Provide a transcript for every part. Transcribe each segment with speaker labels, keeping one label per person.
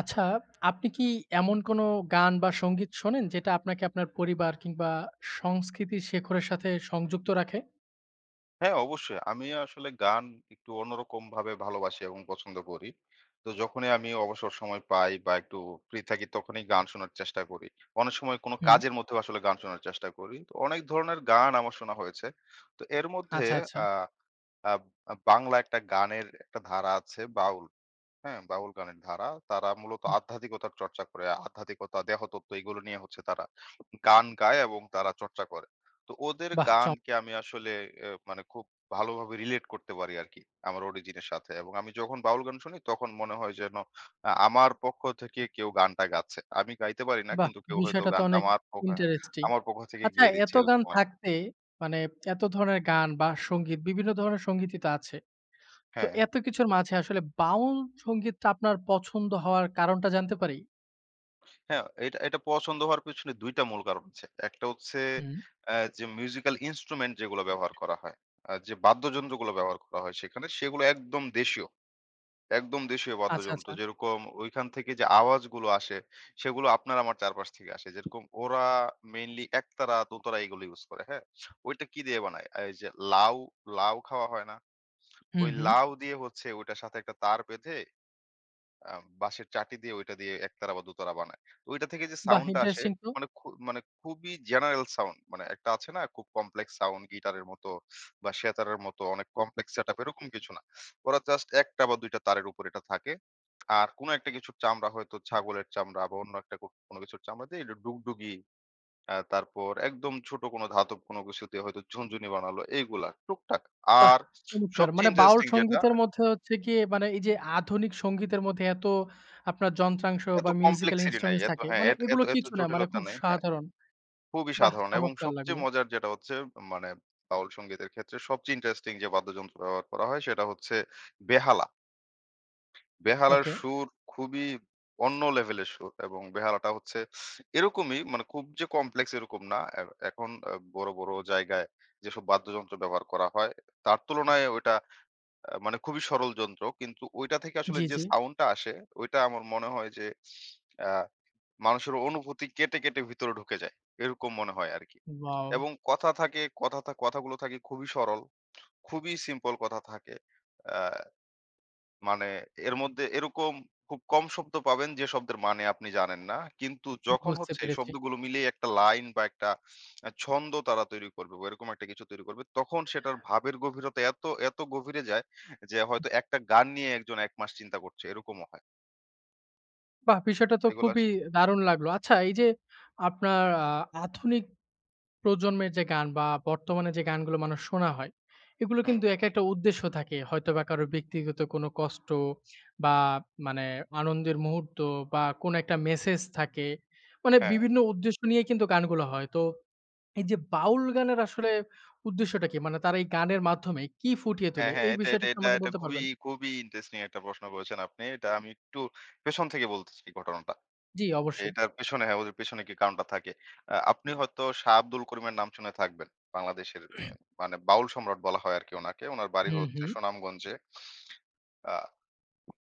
Speaker 1: আচ্ছা, আপনি কি এমন কোনো গান বা সঙ্গীত শোনেন যেটা আপনাকে আপনার পরিবার কিংবা সংস্কৃতির শেকড়ের সাথে সংযুক্ত রাখে?
Speaker 2: হ্যাঁ, অবশ্যই। আমি আসলে গান একটু অন্যরকমভাবে ভালোবাসি এবং পছন্দ করি। তো যখনই আমি অবসর সময় পাই বা একটু ফ্রি থাকি তখনই গান শোনার চেষ্টা করি। অনেক সময় কোনো
Speaker 1: হুম,
Speaker 2: কাজের মধ্যেও আসলে গান শোনার চেষ্টা করি। তো অনেক ধরনের গান আমার শোনা হয়েছে। তো এর মধ্যে
Speaker 1: আচ্ছা, আচ্ছা।
Speaker 2: আ আব আ বাংলা একটা গানের একটা ধারা আছে বাউল। হ্যাঁ, বাউল গানের ধারা। তারা মূলত আধ্যাত্মিকতার চর্চা করে। আধ্যাত্মিকতা, দেহতত্ত্ব এগুলো নিয়ে হচ্ছে তারা গান গায় এবং তারা চর্চা করে। তো ওদের
Speaker 1: বাহ! চম
Speaker 2: গানকে আমি আসলে মানে খুব ভালোভাবে রিলেট করতে পারি আরকি আমার অরিজিন এর সাথে। এবং আমি যখন বাউল গান শুনি তখন মনে হয় যেন আমার পক্ষ থেকে কেউ গানটা গাচ্ছে। আমি গাইতে পারি না
Speaker 1: বাহ!
Speaker 2: কিন্তু কেউ হয়তো
Speaker 1: বিষয়টা তো
Speaker 2: গানটা
Speaker 1: অনেক
Speaker 2: আমার পক্ষ হ্যাঁ,
Speaker 1: ইন্টারেস্টিং।
Speaker 2: আমার পক্ষ থেকে
Speaker 1: আচ্ছা
Speaker 2: গেয়ে দিচ্ছে
Speaker 1: এত গান
Speaker 2: এরকম আরকি।
Speaker 1: থাকতে মানে এত ধরনের গান বা সঙ্গীত বিভিন্ন ধরনের সঙ্গীতই তো আছে। তো
Speaker 2: হ্যাঁ।
Speaker 1: এত কিছুর মাঝে আসলে বাউল সংগীতটা আপনার পছন্দ হওয়ার কারণটা জানতে পারি?
Speaker 2: হ্যাঁ, এটা এটা পছন্দ হওয়ার পেছনে ২ টা মূল কারণ আছে। একটা হচ্ছে
Speaker 1: হুম,
Speaker 2: যে মিউজিক্যাল ইন্সট্রুমেন্ট যেগুলো ব্যবহার করা হয়, যে বাদ্যযন্ত্রগুলো ব্যবহার করা হয় সেখানে সেগুলো একদম দেশীয়, একদম দেশীয়
Speaker 1: আচ্ছা,
Speaker 2: বাদ্যযন্ত্র।
Speaker 1: আচ্ছা।
Speaker 2: যেরকম ওইখান থেকে যে আওয়াজগুলো আসে সেগুলো আপনার আমার চারপাশ থেকে আসে। যেরকম ওরা মেইনলি একতারা, দোতারা এগুলো ইউজ করে, হ্যাঁ? ওইটা কি দিয়ে বানায়? এই যে লাউ, লাউ খাওয়া হয় না?
Speaker 1: হুম,
Speaker 2: ওই
Speaker 1: হুম।
Speaker 2: লাউ দিয়ে হচ্ছে ওইটার সাথে একটা তার বেঁধে আ বাঁশের চাটি দিয়ে ওইটা দিয়ে একতারা বা দোতারা বানায়। তো ওইটা থেকে যে
Speaker 1: বাহ!
Speaker 2: সাউন্ডটা আসে
Speaker 1: ইন্টারেস্টিং তো।
Speaker 2: মানে খুবই জেনারেল সাউন্ড মানে একটা আছে না খুব কমপ্লেক্স সাউন্ড গিটারের মতো বা সেতারের মতো অনেক কমপ্লেক্স সেটআপ এরকম কিছু না। ওরা জাস্ট ১টা বা ২টা তারের উপর এটা থাকে। আর কোনো একটা কিছুর চামড়া হয়তো ছাগলের চামড়া বা অন্য একটা কোনো কিছুর চামড়া দিয়ে এটা ডুগডুগি তারপর একদম ছোট কোনো ধাতব কোনো কিছু দিয়ে হয়তো ঝুনঝুনি বানালো এইগুলা টুকটাক।
Speaker 1: বাহ!
Speaker 2: আর
Speaker 1: চমৎকার।
Speaker 2: সবচেয়ে
Speaker 1: মানে বাউল
Speaker 2: ইন্টারেস্টিং যেটা
Speaker 1: সংগীতের মধ্যে হচ্ছে গিয়ে মানে এই যে আধুনিক সংগীতের মধ্যে এত আপনার যন্ত্রাংশ
Speaker 2: এত
Speaker 1: বা মিউজিক্যাল
Speaker 2: কমপ্লেক্সিটি নাই।
Speaker 1: ইন্সট্রুমেন্টস
Speaker 2: এত
Speaker 1: থাকে।
Speaker 2: হ্যাঁ,
Speaker 1: মানে
Speaker 2: এত এত
Speaker 1: এগুলো
Speaker 2: এত
Speaker 1: কিছু না মানে
Speaker 2: জটিলতা
Speaker 1: খুব
Speaker 2: নাই। হ্যাঁ,
Speaker 1: সাধারণ।
Speaker 2: খুবই
Speaker 1: বাহ!
Speaker 2: সাধারণ এবং
Speaker 1: চমৎকার
Speaker 2: সবচেয়ে
Speaker 1: লাগলো।
Speaker 2: মজার যেটা হচ্ছে মানে বাউল সংগীতের ক্ষেত্রে সবচেয়ে ইন্টারেস্টিং যে বাদ্যযন্ত্র ব্যবহার করা হয় সেটা হচ্ছে বেহালা। বেহালার
Speaker 1: ওকে।
Speaker 2: সুর খুবই অন্য লেভেলের সুর এবং বেহালাটা হচ্ছে এরকমই মানে খুব যে কমপ্লেক্স এরকম না। এখন বড়, বড় জায়গায় যেসব বাদ্যযন্ত্র ব্যবহার করা হয় তার তুলনায় ওইটা মানে খুবই সরল যন্ত্র। কিন্তু ওইটা থেকে আসলে
Speaker 1: জি,
Speaker 2: যে
Speaker 1: জি।
Speaker 2: সাউন্ডটা আসে ওইটা আমার মনে হয় যে আ মানুষের অনুভূতি কেটে, কেটে ভিতরে ঢুকে যায়। এরকম মনে হয় আরকি।
Speaker 1: ওয়াও!
Speaker 2: এবং কথাগুলো থাকে খুবই সরল, খুবই সিম্পল কথা থাকে। আ মানে এর মধ্যে এরকম খুব কম শব্দ পাবেন যে শব্দের মানে আপনি জানেন না। কিন্তু যখন
Speaker 1: বুঝতে
Speaker 2: হচ্ছে এই
Speaker 1: পেরেছি।
Speaker 2: শব্দগুলো মিলিয়ে একটা লাইন বা একটা ছন্দ তারা তৈরি করবে বা এরকম একটা কিছু তৈরি করবে, তখন সেটার ভাবের গভীরতা এত, এত গভীরে যায় যে হয়তো একটা গান নিয়ে একজন ১ মাস চিন্তা করছে, এরকমও হয়।
Speaker 1: বাহ! বিষয়টা তো
Speaker 2: এগুলো আস
Speaker 1: খুবই দারুণ লাগলো। আচ্ছা এই যে আপনার আধুনিক প্রজন্মের যে গান বা বর্তমানে যে গানগুলো মানুষ শোনা হয়, এগুলো
Speaker 2: হুম,
Speaker 1: কিন্তু এক একটা উদ্দেশ্য থাকে। হয়তোবা কারো ব্যক্তিগত কোনো কষ্ট বা মানে আনন্দের মুহূর্ত বা কোনো একটা মেসেজ থাকে। মানে
Speaker 2: হ্যাঁ।
Speaker 1: বিভিন্ন উদ্দেশ্য নিয়ে কিন্তু গানগুলো হয়। তো এই যে বাউল গানের আসলে উদ্দেশ্যটা কি? মানে তারা এই গানের মাধ্যমে কি ফুটিয়ে
Speaker 2: হ্যাঁ,
Speaker 1: তোলে?
Speaker 2: হ্যাঁ।
Speaker 1: এই
Speaker 2: এটা,
Speaker 1: বিষয়টা
Speaker 2: এটা,
Speaker 1: কি
Speaker 2: এটা,
Speaker 1: আমাকে
Speaker 2: এটা
Speaker 1: বলতে
Speaker 2: খুবই,
Speaker 1: পারবেন?
Speaker 2: খুবই ইন্টারেস্টিং একটা প্রশ্ন করেছেন আপনি। এটা আমি একটু পেছন থেকে বলতে চাই ঘটনাটা।
Speaker 1: জি,
Speaker 2: যে
Speaker 1: অবশ্যই।
Speaker 2: এটার পেছনে হ্যাঁ, ওদের পেছনে কি কারণটা থাকে। আপনি হয়তো শাহ আব্দুল করিমের নাম শুনে থাকবেন। বাংলাদেশের মানে বাউল সম্রাট বলা হয় আরকি উনাকে। উনার বাড়ি
Speaker 1: হুম,
Speaker 2: হচ্ছে
Speaker 1: হুম।
Speaker 2: সুনামগঞ্জে। আ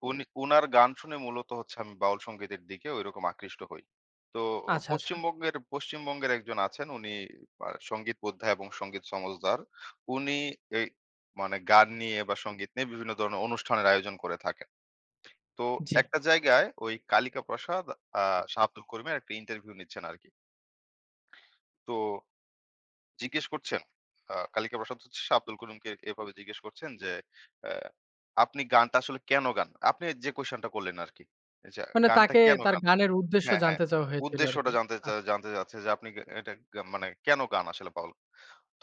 Speaker 2: উনি উনার গান শুনে মূলত হচ্ছে আমি বাউল সংগীতের দিকে ঐরকম আকৃষ্ট হই। তো
Speaker 1: আচ্ছা, আচ্ছা।
Speaker 2: পশ্চিমবঙ্গের পশ্চিমবঙ্গের একজন আছেন উনি সংগীত বোদ্ধা এবং সংগীত সমজদার। উনি এই মানে গান নিয়ে বা সংগীত নিয়ে বিভিন্ন ধরনের অনুষ্ঠানের আয়োজন করে থাকেন। তো
Speaker 1: জি।
Speaker 2: একটা জায়গায় ওই কালিকা প্রসাদ আ শাহ আব্দুল করিমের একটা ইন্টারভিউ নিচ্ছেন আরকি। তো জিজ্ঞেস করছেন। কালিকা প্রসাদ হচ্ছে আব্দুল করিমকে এভাবে জিজ্ঞেস করছেন যে, আ "আপনি গানটা আসলে কেন গান?" আপনি যে কোয়েশ্চেনটা করলেন আরকি। যে
Speaker 1: মানে
Speaker 2: গানটা
Speaker 1: তাকে
Speaker 2: কেন
Speaker 1: তার
Speaker 2: গান?
Speaker 1: গানের উদ্দেশ্য
Speaker 2: হ্যাঁ, হ্যাঁ।
Speaker 1: জানতে চাওয়া হয়েছিল
Speaker 2: উদ্দেশ্যটা
Speaker 1: আরকি।
Speaker 2: জানতে চা
Speaker 1: আচ্ছা।
Speaker 2: জানতে চাচ্ছে যে আপনি গা এটা গা মানে কেন গান আসলে পাগল?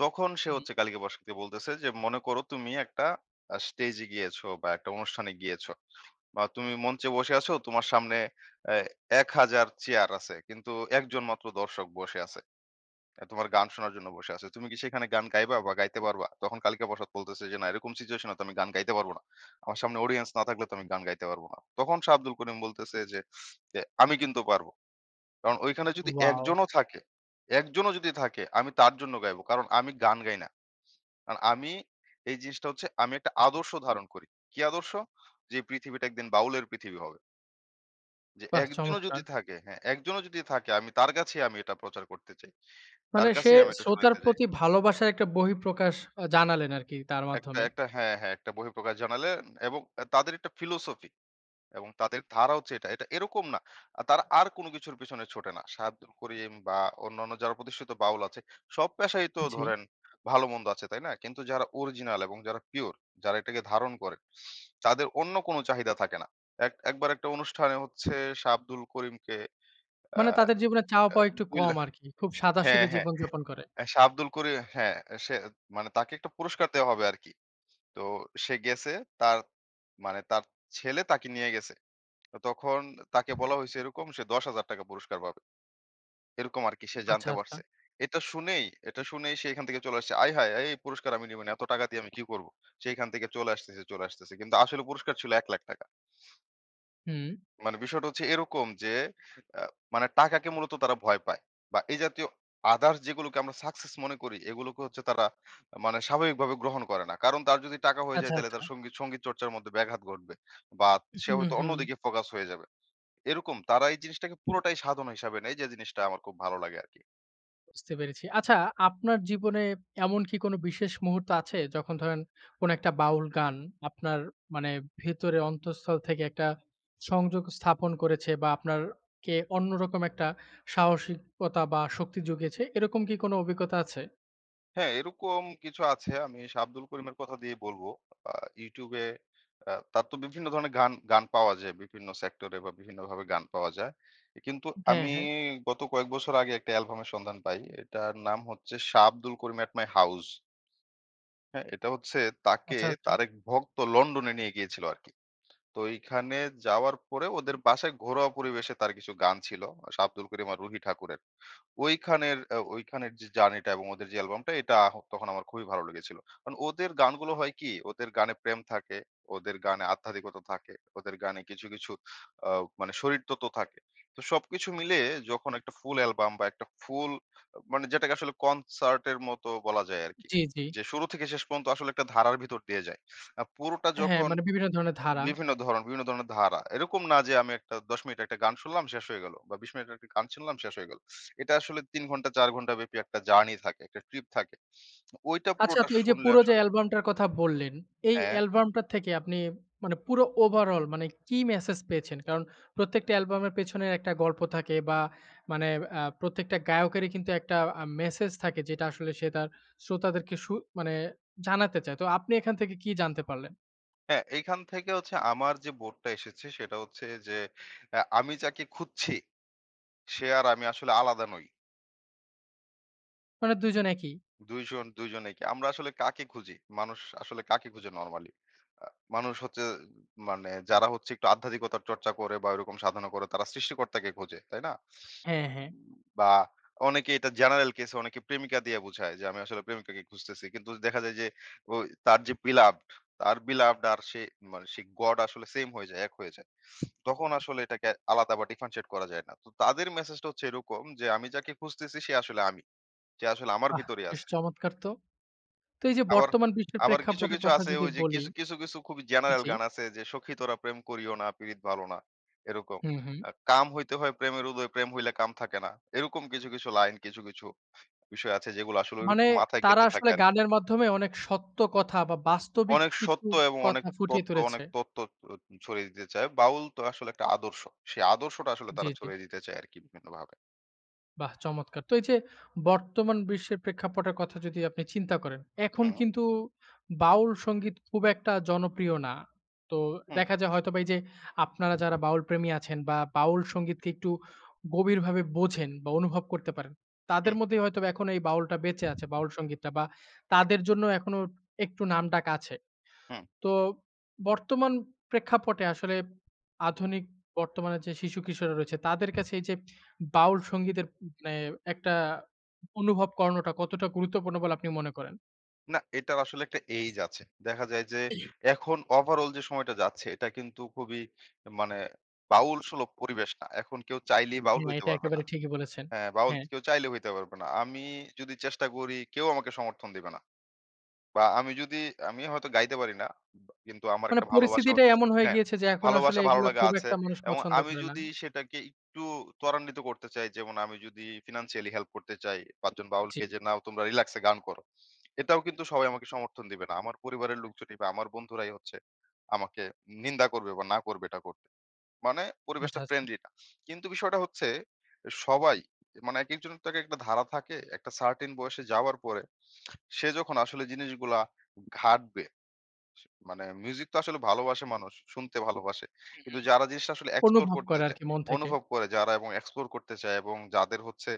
Speaker 2: তখন সে
Speaker 1: হুম।
Speaker 2: হচ্ছে কালিকা প্রসাদকে বলতেছে যে, "মনে করো তুমি একটা স্টেজে গিয়েছো বা একটা অনুষ্ঠানে গিয়েছো। বা তুমি মঞ্চে বসে আছো, তোমার সামনে অ্যা ১,০০০ চেয়ার আছে। কিন্তু একজন মাত্র দর্শক বসে আছে। এ তোমার গান শোনার জন্য বসে আছে। তুমি কি সেখানে গান গাইবা বা গাইতে পারবা? তখন কালিকা প্রসাদ বলতেছে যে, "না, এরকম সিচুয়েশন এ তো আমি গান গাইতে পারব না। আমার সামনে অডিয়েন্স না থাকলে তো আমি গান গাইতে পারব না।" তখন শাহ আব্দুল করিম বলতেছে যে, "আমি কিন্তু পারব।" কারণ ওইখানে যদি
Speaker 1: ওয়াও!
Speaker 2: একজনও থাকে, একজনও যদি থাকে আমি তার জন্য গাইবো। কারণ আমি গান গাই না। কারণ আমি এই জিনিসটা হচ্ছে আমি একটা আদর্শ ধারণ করি। কি আদর্শ? যে পৃথিবীটা একদিন বাউলের পৃথিবী হবে। যে
Speaker 1: বাহ!
Speaker 2: একজনও যদি
Speaker 1: চমৎকার।
Speaker 2: থাকে, হ্যাঁ, একজনও যদি থাকে আমি তার কাছেই আমি এটা প্রচার করতে চাই। তার
Speaker 1: মানে সে
Speaker 2: কাছেই আমি এটা
Speaker 1: শ্রোতার
Speaker 2: শোনাইতে চাই।
Speaker 1: প্রতি ভালোবাসার একটা বহিঃপ্রকাশ জানালেন আরকি তার
Speaker 2: একটা
Speaker 1: মাধ্যমে।
Speaker 2: একটা হ্যাঁ, হ্যাঁ, একটা বহিঃপ্রকাশ জানালেন এবং তাদের একটা ফিলোসফি এবং তাদের ধারা হচ্ছে এটা। এটা এরকম না। তারা আর কোন কিছুর পেছনে ছোটে না। সাহাবদুল করিম বা অন্যান্য যারা প্রতিষ্ঠিত বাউল আছে, সব পেশাই তো
Speaker 1: জি।
Speaker 2: ধরেন ভালো-মন্দ আছে, তাই না? কিন্তু যারা অরিজিনাল এবং যারা পিওর, যারা এটাকে ধারণ করে, তাদের অন্য কোন চাহিদা থাকে না। এক একবার একটা অনুষ্ঠানে হচ্ছে শাহ আব্দুল করিমকে আ
Speaker 1: মানে তাদের জীবনে চাওয়া
Speaker 2: আ
Speaker 1: পাওয়া একটু
Speaker 2: ২
Speaker 1: কম
Speaker 2: লাখ
Speaker 1: আরকি। খুব
Speaker 2: হ্যাঁ,
Speaker 1: সাদাসিধে
Speaker 2: হ্যাঁ।
Speaker 1: জীবনযাপন করে।
Speaker 2: শাহ আব্দুল করিম হ্যাঁ, সে মানে তাকে একটা পুরস্কার দেওয়া হবে আরকি। তো সে গেছে তার মানে তার ছেলে তাকে নিয়ে গেছে। তো তখন তাকে বলা হইছে এরকম সে ৳১০,০০০ পুরস্কার পাবে। এরকম আরকি সে
Speaker 1: আচ্ছা,
Speaker 2: জানতে
Speaker 1: আচ্ছা।
Speaker 2: পারছে। এটা শুনেই এটা শুনেই সে এখান থেকে চলে আসছে। আয় হায়! এই পুরস্কার আমি নিব না। এত টাকা দিয়ে আমি কি করব? সে এখান থেকে চলে আসতেছে, চলে আসতেছে। কিন্তু আসলে পুরস্কার ছিল ৳১,০০,০০০।
Speaker 1: হুম।
Speaker 2: মানে বিষয়টা হচ্ছে এরকম যে আ মানে টাকাকে মূলত তারা ভয় পায়। বা এই জাতীয় আদার্স যেগুলোকে আমরা সাকসেস মনে করি এগুলোকে হচ্ছে তারা মানে স্বাভাবিকভাবে গ্রহণ করে না। কারণ তার যদি টাকা হয়ে যায়
Speaker 1: আচ্ছা,
Speaker 2: তাহলে
Speaker 1: আচ্ছা।
Speaker 2: তার সঙ্গীত সঙ্গীত চর্চার মধ্যে ব্যাঘাত ঘটবে। বা সে
Speaker 1: হুম,
Speaker 2: হয়তো
Speaker 1: হুম।
Speaker 2: অন্যদিকে ফোকাস হয়ে যাবে। এরকম তারা এই জিনিসটাকে পুরোটাই সাধনা হিসাবে নেয় যে জিনিসটা আমার খুব ভালো লাগে আরকি।
Speaker 1: বুঝতে পেরেছি। আচ্ছা আপনার জীবনে এমন কি কোনো বিশেষ মুহূর্ত আছে যখন ধরেন কোনো একটা বাউল গান আপনার মানে ভেতরে অন্তঃস্থল থেকে একটা সংযোগ স্থাপন করেছে বা আপনার কে অন্যরকম একটা সাহসিকতা বা শক্তি জুগিয়েছে, এরকম কি কোনো অভিজ্ঞতা আছে?
Speaker 2: হ্যাঁ, এরকম কিছু আছে। আমি শাহ আব্দুল করিমের কথা দিয়ে বলব। আ YouTube এ তার তো বিভিন্ন ধরনের গান গান পাওয়া যায়। বিভিন্ন সেক্টরে বা বিভিন্নভাবে গান পাওয়া যায়। কিন্তু
Speaker 1: হ্যাঁ,
Speaker 2: আমি
Speaker 1: হ্যাঁ।
Speaker 2: গত কয়েক বছর আগে একটা অ্যালবামের সন্ধান পাই। এটার নাম হচ্ছে 'Shah Abdul Karim at my house'. হ্যাঁ? এটা হচ্ছে তাকে
Speaker 1: আচ্ছা, আচ্ছা।
Speaker 2: তার এক ভক্ত লন্ডনে নিয়ে গিয়েছিল আরকি। তো এইখানে যাওয়ার পরে ওদের বাসায় ঘরোয়া পরিবেশে তার কিছু গান ছিল। আব্দুল করিম আর রুহি ঠাকুরের। ওইখানের ওইখানের যে জার্নিটা এবং ওদের যে অ্যালবামটা এটা তখন আমার খুবই ভালো লেগেছিল। কারণ ওদের গানগুলো হয় কি, ওদের গানে প্রেম থাকে, ওদের গানে আধ্যাত্মিকতা থাকে, ওদের গানে কিছু, কিছু আ মানে শরীরতত্ত্ব থাকে। তো সবকিছু মিলিয়ে যখন একটা ফুল অ্যালবাম বা একটা ফুল মানে যেটাকে আসলে কনসার্টের মতো বলা যায় আরকি।
Speaker 1: জি, জি।
Speaker 2: যে শুরু থেকে শেষ পর্যন্ত আসলে একটা ধারার ভিতর দিয়ে যায়। আ পুরোটা
Speaker 1: হ্যাঁ,
Speaker 2: যখন
Speaker 1: মানে বিভিন্ন ধরনের ধারা।
Speaker 2: বিভিন্ন ধরন, বিভিন্ন ধরনের ধারা। এরকম না যে আমি একটা ১০ মিনিট একটা গান শুনলাম শেষ হয়ে গেল বা ২০ মিনিটের একটা গান শুনলাম শেষ হয়ে গেল। এটা আসলে ৩ ঘন্টা ৪ ঘন্টা ব্যাপী একটা জার্নি থাকে, একটা ট্রিপ থাকে। ওইটা
Speaker 1: আচ্ছা
Speaker 2: পুরোটা
Speaker 1: তো এই যে
Speaker 2: শুনলে
Speaker 1: পুরো যে
Speaker 2: আসলে
Speaker 1: অ্যালবামটার কথা বললেন, এই
Speaker 2: হ্যাঁ,
Speaker 1: অ্যালবামটা থেকে আপনি মানে পুরো ওভারঅল মানে কি মেসেজ পেয়েছেন? কারণ প্রত্যেকটা অ্যালবামের পেছনে একটা গল্প থাকে বা মানে প্রত্যেকটা গায়কেরই কিন্তু একটা মেসেজ থাকে যেটা আসলে সে তার শ্রোতাদেরকে মানে জানাতে চায়। তো আপনি এখান থেকে কি জানতে পারলেন?
Speaker 2: হ্যাঁ এইখান থেকে হচ্ছে আমার যে বোধটা এসেছে সেটা হচ্ছে যে আমি যাকে খুঁজছি সে আর আমি আসলে আলাদা নই।
Speaker 1: মানে ২ জন একই।
Speaker 2: ২ জন একে। আমরা আসলে কাকে খুঁজি? মানুষ আসলে কাকে খুঁজে নরমালি? আ মানুষ হচ্ছে মানে যারা হচ্ছে একটু আধ্যাত্মিকতার চর্চা করে বা ওইরকম সাধনা করে তারা সৃষ্টিকর্তাকে খোঁজে, তাই না?
Speaker 1: হ্যাঁ, হ্যাঁ।
Speaker 2: বা অনেকে এটা জেনারেল কেসে অনেকে প্রেমিকা দিয়ে বুঝায় যে আমি আসলে প্রেমিকাকে খুঁজতেছি। কিন্তু দেখা যায় যে ও তার যে beloved তার beloved আর সে মানে সে গড আসলে সেম হয়ে যায়, এক হয়ে যায়। তখন আসলে এটাকে আলাদা বা differentiate করা যায় না। তো তাদের মেসেজটা হচ্ছে এরকম যে আমি যাকে খুঁজতেছি সে আসলে আমি। সে আসলে আমার
Speaker 1: বাহ!
Speaker 2: ভিতরেই
Speaker 1: বেশ
Speaker 2: আছে।
Speaker 1: চমৎকার তো। তো এই যে
Speaker 2: আবার
Speaker 1: বর্তমান বিশ্বের
Speaker 2: আবার কিছু,
Speaker 1: প্রেক্ষাপটের
Speaker 2: কিছু
Speaker 1: কথা
Speaker 2: আছে
Speaker 1: যদি
Speaker 2: ওই যে
Speaker 1: বলি
Speaker 2: কিছু খুবই জেনারেল
Speaker 1: জি।
Speaker 2: গান আছে যে "সখী তোরা প্রেম করিও না পীড়িত ভালো না" এরকম।
Speaker 1: হুম, হুম।
Speaker 2: "কাম হইতে হয় প্রেমের উদয়, প্রেম হইলে কাম থাকে না।" এরকম কিছু, কিছু লাইন কিছু, কিছু বিষয় আছে যেগুলো আসলে
Speaker 1: মানে
Speaker 2: ওইরকম মাথায়
Speaker 1: তারা
Speaker 2: গেঁথে থাকে
Speaker 1: আসলে
Speaker 2: আরকি।
Speaker 1: গানের মাধ্যমে অনেক সত্য কথা বা বাস্তবিক
Speaker 2: অনেক
Speaker 1: কিছু
Speaker 2: সত্য এবং
Speaker 1: কথা ফুটিয়ে তুলেছে।
Speaker 2: অনেক তথ্য উ ছড়িয়ে দিতে চায়। বাউল তো আসলে একটা আদর্শ। সেই আদর্শটা আসলে
Speaker 1: জি,
Speaker 2: তারা
Speaker 1: জি।
Speaker 2: ছড়িয়ে দিতে চায় আরকি বিভিন্নভাবে।
Speaker 1: বাহ! চমৎকার। তো এই যে বর্তমান বিশ্বের প্রেক্ষাপটের কথা যদি আপনি চিন্তা করেন, এখন
Speaker 2: হুম,
Speaker 1: কিন্তু বাউল সংগীত খুব একটা জনপ্রিয় না। তো
Speaker 2: হুম,
Speaker 1: দেখা যায় হয়তোবা এই যে আপনারা যারা বাউল প্রেমী আছেন বা বাউল সংগীতকে একটু গভীরভাবে বোঝেন বা অনুভব করতে পারেন, তাদের
Speaker 2: হুম,
Speaker 1: মধ্যেই হয়তোবা এখন এই বাউলটা বেঁচে আছে, বাউল সংগীতটা বা তাদের জন্য এখনো একটু নামডাক আছে।
Speaker 2: হুম।
Speaker 1: তো বর্তমান প্রেক্ষাপটে আসলে আধুনিক বর্তমানে যে শিশু কিশোররা রয়েছে তাদের কাছে এই যে বাউল সঙ্গীতের মানে একটা অনুভব করানোটা কতটা গুরুত্বপূর্ণ বলে আপনি মনে করেন?
Speaker 2: না, এটার আসলে একটা এইজ আছে। দেখা যায় যে এখন ওভারঅল যে সময়টা যাচ্ছে এটা কিন্তু খুবই মানে বাউল সুলভ পরিবেশ না। এখন কেউ চাইলেই হুম। বাউল
Speaker 1: হ্যাঁ,
Speaker 2: হইতে
Speaker 1: এটা
Speaker 2: পারবে না।
Speaker 1: একেবারে ঠিকই বলেছেন।
Speaker 2: হ্যাঁ, বাউল
Speaker 1: হ্যাঁ,
Speaker 2: কেউ চাইলেও হইতে পারবে না। আমি যদি চেষ্টা করি কেউ আমাকে সমর্থন দিবে না। বা আমি যদি আমি হয়তো গাইতে পারি না। কিন্তু আমার
Speaker 1: মানে
Speaker 2: একটা ভালোবাসা
Speaker 1: পরিস্থিতিটাই এমন হয়ে
Speaker 2: হ্যাঁ,
Speaker 1: গিয়েছে যে এখন আসলে
Speaker 2: ভালোবাসা ভালো
Speaker 1: এগুলো
Speaker 2: লাগা
Speaker 1: খুব
Speaker 2: আছে।
Speaker 1: একটা মানুষ
Speaker 2: এবং
Speaker 1: পছন্দ
Speaker 2: আমি
Speaker 1: করে না।
Speaker 2: যদি সেটাকে একটু ত্বরান্বিত করতে চাই, যেমন আমি যদি ফিন্যান্সিয়ালি হেল্প করতে চাই ৫ জন
Speaker 1: জি,
Speaker 2: বাউলকে যে, "নাও তোমরা রিল্যাক্সে গান করো।" এটাও কিন্তু সবাই আমাকে সমর্থন দিবে না। আমার পরিবারের লোকজনই বা আমার বন্ধুরাই হচ্ছে আমাকে নিন্দা করবে বা না করবে এটা করতে। মানে
Speaker 1: আচ্ছা,
Speaker 2: পরিবেশটা
Speaker 1: আচ্ছা।
Speaker 2: ফ্রেন্ডলি না। কিন্তু বিষয়টা হচ্ছে সবাই মানে একেকজনের তো একেকটা ধারা থাকে। একটা সার্টেন বয়সে যাওয়ার পরে সে যখন আসলে জিনিসগুলা ঘাঁটবে, মানে মিউজিক তো আসলে ভালোবাসে মানুষ, শুনতে ভালোবাসে।
Speaker 1: হুম,
Speaker 2: কিন্তু
Speaker 1: হুম।
Speaker 2: যারা জিনিসটা আসলে এক্সপ্লোর
Speaker 1: অনুভব
Speaker 2: করতে
Speaker 1: করে
Speaker 2: চায়,
Speaker 1: আরকি মন থেকে।
Speaker 2: অনুভব করে যারা এবং এক্সপ্লোর করতে চায় এবং যাদের হচ্ছে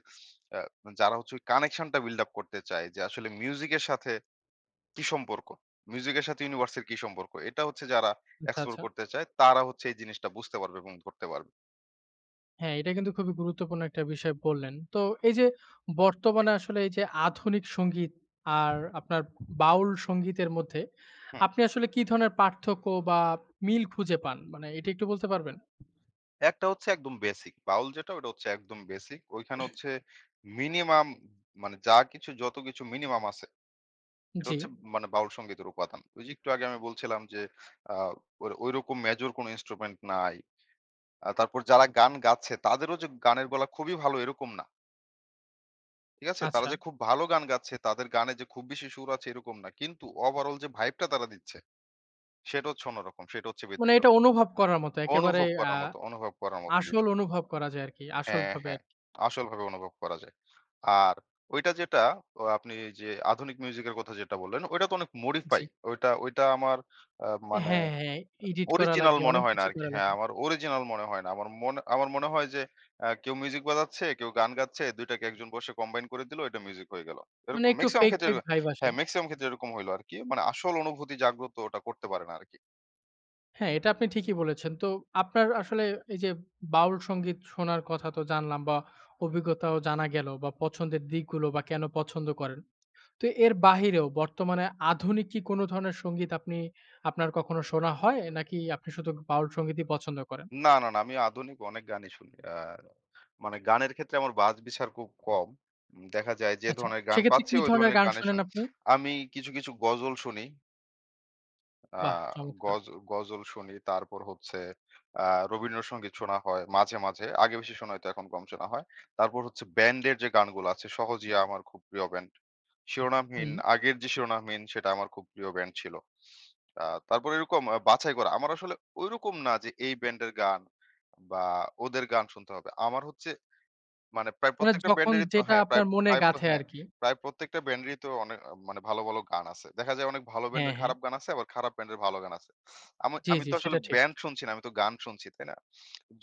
Speaker 2: আ যারা হচ্ছে ওই কানেকশনটা বিল্ড আপ করতে চায় যে আসলে মিউজিকের সাথে কি সম্পর্ক? মিউজিকের সাথে ইউনিভার্সের কি সম্পর্ক? এটা হচ্ছে যারা
Speaker 1: আচ্ছা,
Speaker 2: এক্সপ্লোর
Speaker 1: আচ্ছা।
Speaker 2: করতে চায় তারা হচ্ছে এই জিনিসটা বুঝতে পারবে এবং ধরতে পারবে।
Speaker 1: হ্যাঁ, এটা কিন্তু খুবই গুরুত্বপূর্ণ একটা বিষয় বললেন। তো এই যে বর্তমানে আসলে এই যে আধুনিক সংগীত আর আপনার বাউল সংগীতের মধ্যে
Speaker 2: হুম।
Speaker 1: আপনি আসলে কি ধরনের পার্থক্য বা মিল খুঁজে পান? মানে এটা একটু বলতে পারবেন?
Speaker 2: একটা হচ্ছে একদম বেসিক। বাউল যেটা ওটা হচ্ছে একদম বেসিক। ওইখানে হচ্ছে মিনিমাম মানে যা কিছু যত কিছু মিনিমাম আছে এটা
Speaker 1: জি,
Speaker 2: হচ্ছে মানে বাউল সংগীতের উপাদান। ওই যে একটু আগে আমি বলছিলাম যে আ ওর ঐরকম মেজর কোনো ইন্সট্রুমেন্ট নাই। তারপর যারা গান গাচ্ছে তাদেরও যে গানের গলা খুবই ভালো এরকম না। ঠিক আছে? তারা
Speaker 1: আচ্ছা।
Speaker 2: যে খুব ভালো গান গাচ্ছে, তাদের গানে যে খুব বেশি সুর আছে এরকম না। কিন্তু ওভারঅল যে ভাইবটা তারা দিচ্ছে সেটা হচ্ছে অন্যরকম। সেটা হচ্ছে
Speaker 1: মানে
Speaker 2: ব্যতিক্রম।
Speaker 1: এটা অনুভব করার মতো একেবারে
Speaker 2: অনুভব
Speaker 1: আ
Speaker 2: করার মতো, অনুভব করার মতো
Speaker 1: আসল
Speaker 2: বিষয়।
Speaker 1: অনুভব করা যায় আরকি।
Speaker 2: হ্যাঁ,
Speaker 1: আসলভাবে
Speaker 2: হ্যাঁ।
Speaker 1: আরকি।
Speaker 2: আসলভাবে অনুভব করা যায়। আর ওইটা যেটা আপনি যে আধুনিক মিউজিক এর কথা যেটা বললেন, ওইটা তো অনেক
Speaker 1: জি।
Speaker 2: মডিফাই। ওইটা ওইটা আমার মানে
Speaker 1: হ্যাঁ, হ্যাঁ। এডিট করা
Speaker 2: অরিজিনাল
Speaker 1: লাগে,
Speaker 2: মনে
Speaker 1: অনেক
Speaker 2: হয় না
Speaker 1: কিছু
Speaker 2: আরকি।
Speaker 1: করা
Speaker 2: হ্যাঁ,
Speaker 1: লাগে।
Speaker 2: আমার অরিজিনাল মনে হয় না। আমার মনে হয় যে কেউ মিউজিক বাজাচ্ছে, কেউ গান গাচ্ছে, ২ টাকে একজন বসে কম্বাইন করে দিল, এটা মিউজিক হয়ে গেল।
Speaker 1: মানে
Speaker 2: এরকম
Speaker 1: একটু
Speaker 2: মেক্সিমাম
Speaker 1: ফেক,
Speaker 2: ক্ষেত্রে
Speaker 1: ফেক
Speaker 2: এরক
Speaker 1: ভাইব আসে।
Speaker 2: হ্যাঁ, মেক্সিমাম ক্ষেত্রে এরকম হইল আরকি। মানে আসল অনুভূতি জাগ্রত ওটা করতে পারে না আরকি।
Speaker 1: হ্যাঁ, এটা আপনি ঠিকই বলেছেন। তো আপনার আসলে এই যে বাউল সংগীত শোনার কথা তো জানলাম বা অভিজ্ঞতাও জানা গেল বা পছন্দের দিকগুলো বা কেন পছন্দ করেন। তো এর বাহিরেও বর্তমানে আধুনিক কি কোন ধরনের সংগীত আপনি আপনার কখনো শোনা হয়? নাকি আপনি শুধু বাউল সংগীতই পছন্দ করেন?
Speaker 2: না, না, না আমি আধুনিক অনেক গানই শুনি। মানে গানের ক্ষেত্রে আমার বাছবিচার খুব কম। দেখা যায় যে
Speaker 1: আচ্ছা,
Speaker 2: ধরনের গান
Speaker 1: সেক্ষেত্রে
Speaker 2: পাচ্ছি
Speaker 1: কি
Speaker 2: ওই
Speaker 1: ধরনের
Speaker 2: ধরনের
Speaker 1: গান
Speaker 2: গানই
Speaker 1: শোনেন
Speaker 2: শুনি।
Speaker 1: আপনি?
Speaker 2: আমি কিছু, কিছু গজল শুনি।
Speaker 1: বাহ!
Speaker 2: আহ
Speaker 1: চমৎকার।
Speaker 2: গজ গজল শুনি। তারপর হচ্ছে আ রবীন্দ্রসঙ্গীত শোনা হয় মাঝে, মাঝে। আগে বেশি শোনা হইতো, এখন কম শোনা হয়। তারপর হচ্ছে ব্যান্ডের যে গানগুলো আছে, 'সহজিয়া' আমার খুব প্রিয় ব্যান্ড। 'শিরোনামহীন'
Speaker 1: হুম।
Speaker 2: আগের যে 'শিরোনামহীন' সেটা আমার খুব প্রিয় ব্যান্ড ছিল। তারপর এরকম বাছাই করা। আমার আসলে ঐরকম না যে এই ব্যান্ডের গান বা ওদের গান শুনতে হবে। আমার হচ্ছে মানে প্রায়
Speaker 1: মানে
Speaker 2: প্রত্যেকটা
Speaker 1: যখন
Speaker 2: ব্যান্ডেরই তো
Speaker 1: যেটা
Speaker 2: হ্যাঁ, প্রায়
Speaker 1: আপনার মনে
Speaker 2: প্রায় প্র
Speaker 1: গাঁথে
Speaker 2: হ্যাঁ,
Speaker 1: আরকি।
Speaker 2: প্রায় প্রত্যেকটা ব্যান্ডেরই তো অনেক মানে ভালো, ভালো গান আছে। দেখা যায় অনেক ভালো
Speaker 1: হ্যাঁ,
Speaker 2: ব্যান্ডের
Speaker 1: হ্যাঁ।
Speaker 2: খারাপ গান আছে, আবার খারাপ ব্যান্ডের ভালো গান আছে। আমি
Speaker 1: জি,
Speaker 2: আমি
Speaker 1: জি
Speaker 2: তো আসলে
Speaker 1: সেটা ঠিক।
Speaker 2: ব্যান্ড শুনছি না, আমি তো গান শুনছি, তাই না?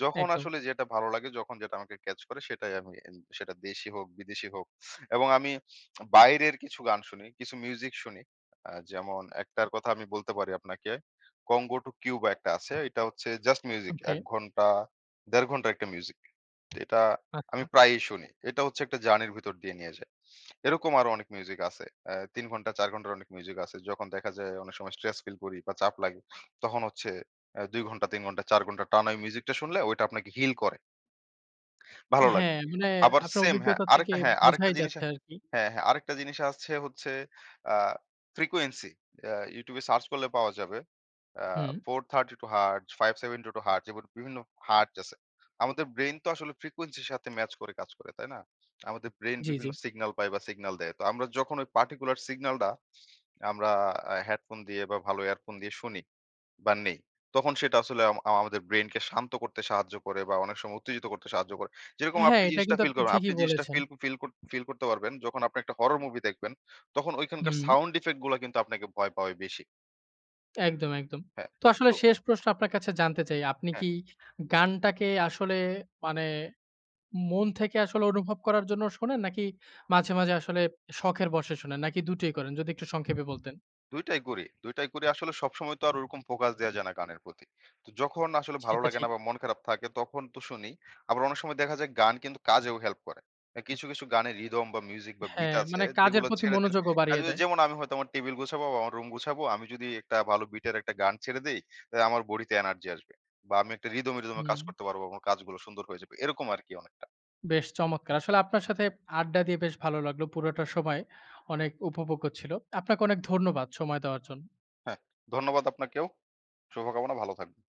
Speaker 2: যখন
Speaker 1: একদম।
Speaker 2: আসলে যেটা ভালো লাগে, যখন যেটা আমাকে ক্যাচ করে সেটাই আমি এন সেটা দেশি হোক, বিদেশি হোক এবং আমি বাইরের কিছু গান শুনি, কিছু মিউজিক শুনি। যেমন একটার কথা আমি বলতে পারি আপনাকে। কঙ্গো টু কিউবা একটা আছে। এটা হচ্ছে জাস্ট মিউজিক।
Speaker 1: ওকে।
Speaker 2: ১ ঘন্টা ১.৫ ঘন্টার একটা মিউজিক। এটা আমি
Speaker 1: আচ্ছা।
Speaker 2: প্রায়ই শুনি। এটা হচ্ছে একটা জার্নির ভিতর দিয়ে নিয়ে যায়। এরকম আরো অনেক মিউজিক আছে। ৩ ঘন্টা ৪ ঘন্টার অনেক মিউজিক আছে। যখন দেখা যায় অনেক সময় স্ট্রেস ফিল করি বা চাপ লাগে, তখন হচ্ছে ২ ঘন্টা, ৩ ঘন্টা, ৪ ঘন্টা টানা ওই মিউজিকটা শুনলে ওইটা আপনাকে হিল করে। ভালো লাগে।
Speaker 1: হ্যাঁ, মানে
Speaker 2: আবার
Speaker 1: আপনার
Speaker 2: সেম হ্যাঁ,
Speaker 1: অভিজ্ঞতা থেকে
Speaker 2: আরেকটা হ্যাঁ, আরেকটা
Speaker 1: বোঝাই
Speaker 2: জিনিস
Speaker 1: যাচ্ছে
Speaker 2: হ্যাঁ,
Speaker 1: আরকি।
Speaker 2: হ্যাঁ, হ্যাঁ, আরেকটা জিনিস আছে হচ্ছে আ ফ্রিকোয়েন্সি। YouTube এ সার্চ করলে পাওয়া যাবে। আ
Speaker 1: হুম,
Speaker 2: 432 হার্টজ, 572 হার্টজ এবং বিভিন্ন হার্টজ আছে। আমাদের ব্রেইন তো আসলে ফ্রিকোয়েন্সির সাথে ম্যাচ করে কাজ করে, তাই না? আমাদের ব্রেইন
Speaker 1: জি, জি।
Speaker 2: বিভিন্ন সিগন্যাল পায় বা সিগন্যাল দেয়। তো আমরা যখন ওই পার্টিকুলার সিগন্যালটা আমরা হেডফোন দিয়ে বা ভালো ইয়ারফোন দিয়ে শুনি বা নেই। তখন সেটা আসলে আম আম- আমাদের ব্রেইনকে শান্ত করতে সাহায্য করে বা অনেক সময় উত্তেজিত করতে সাহায্য করে। যেরকম
Speaker 1: হ্যাঁ,
Speaker 2: আপনি
Speaker 1: এটা
Speaker 2: জিনিসটা
Speaker 1: কিন্তু
Speaker 2: ফিল
Speaker 1: আপনি
Speaker 2: করবেন। আপনি
Speaker 1: ঠিকই
Speaker 2: জিনিসটা
Speaker 1: বলেছেন।
Speaker 2: ফিল ফিল কর ফিল করতে পারবেন যখন আপনি একটা হরর মুভি দেখবেন। তখন ঐখানকার
Speaker 1: হুম,
Speaker 2: সাউন্ড ইফেক্ট গুলা কিন্তু আপনাকে ভয় পাওয়ায় বেশি।
Speaker 1: একদম, একদম।
Speaker 2: হ্যাঁ,
Speaker 1: তো আসলে
Speaker 2: তো
Speaker 1: শেষ প্রশ্ন আপনার কাছে জানতে চাই। আপনি
Speaker 2: হ্যাঁ।
Speaker 1: কি গানটাকে আসলে মানে মন থেকে আসলে অনুভব করার জন্য শোনেন? নাকি মাঝে, মাঝে আসলে শখের বশে শোনেন? নাকি দুটোই করেন? যদি একটু সংক্ষেপে বলতেন।
Speaker 2: ২ টাই করি। ২ টাই করি আসলে সবসময় তো আর ওরকম ফোকাস দেয়া যায় না গানের প্রতি। তো যখন আসলে ভালো
Speaker 1: সেটা
Speaker 2: লাগে না
Speaker 1: ঠিক।
Speaker 2: বা মন খারাপ থাকে তখন তো শুনি। আবার অনেক সময় দেখা যায় গান কিন্তু কাজেও হেল্প করে। কিছু, কিছু গানের রিদম বা মিউজিক বা বিট
Speaker 1: হ্যাঁ,
Speaker 2: আছে
Speaker 1: মানে কাজের
Speaker 2: যেগুলো
Speaker 1: প্রতি
Speaker 2: ছেড়ে দিলে
Speaker 1: মনোযোগও
Speaker 2: কাজে
Speaker 1: বাড়িয়ে দেয়।
Speaker 2: যেমন আমি হয়তো আমার টেবিল গুছাবো বা আমার রুম গুছাবো, আমি যদি একটা ভালো বিটের একটা গান ছেড়ে দেই, আমার বডিতে এনার্জি আসবে। বা আমি একটা রিদমে, রিদমে কাজ
Speaker 1: হুম।
Speaker 2: করতে পারবো। আমার কাজগুলো সুন্দর হয়ে যাবে। এরকম আরকি অনেকটা।
Speaker 1: বেশ চমৎকার। আসলে আপনার সাথে আড্ডা দিয়ে বেশ ভালো লাগলো। পুরোটা সময় অনেক উপভোগ্য ছিল। আপনাকে অনেক ধন্যবাদ সময় দেওয়ার জন্য।
Speaker 2: হ্যাঁ, ধন্যবাদ আপনাকেও। শুভকামনা, ভালো থাকবেন।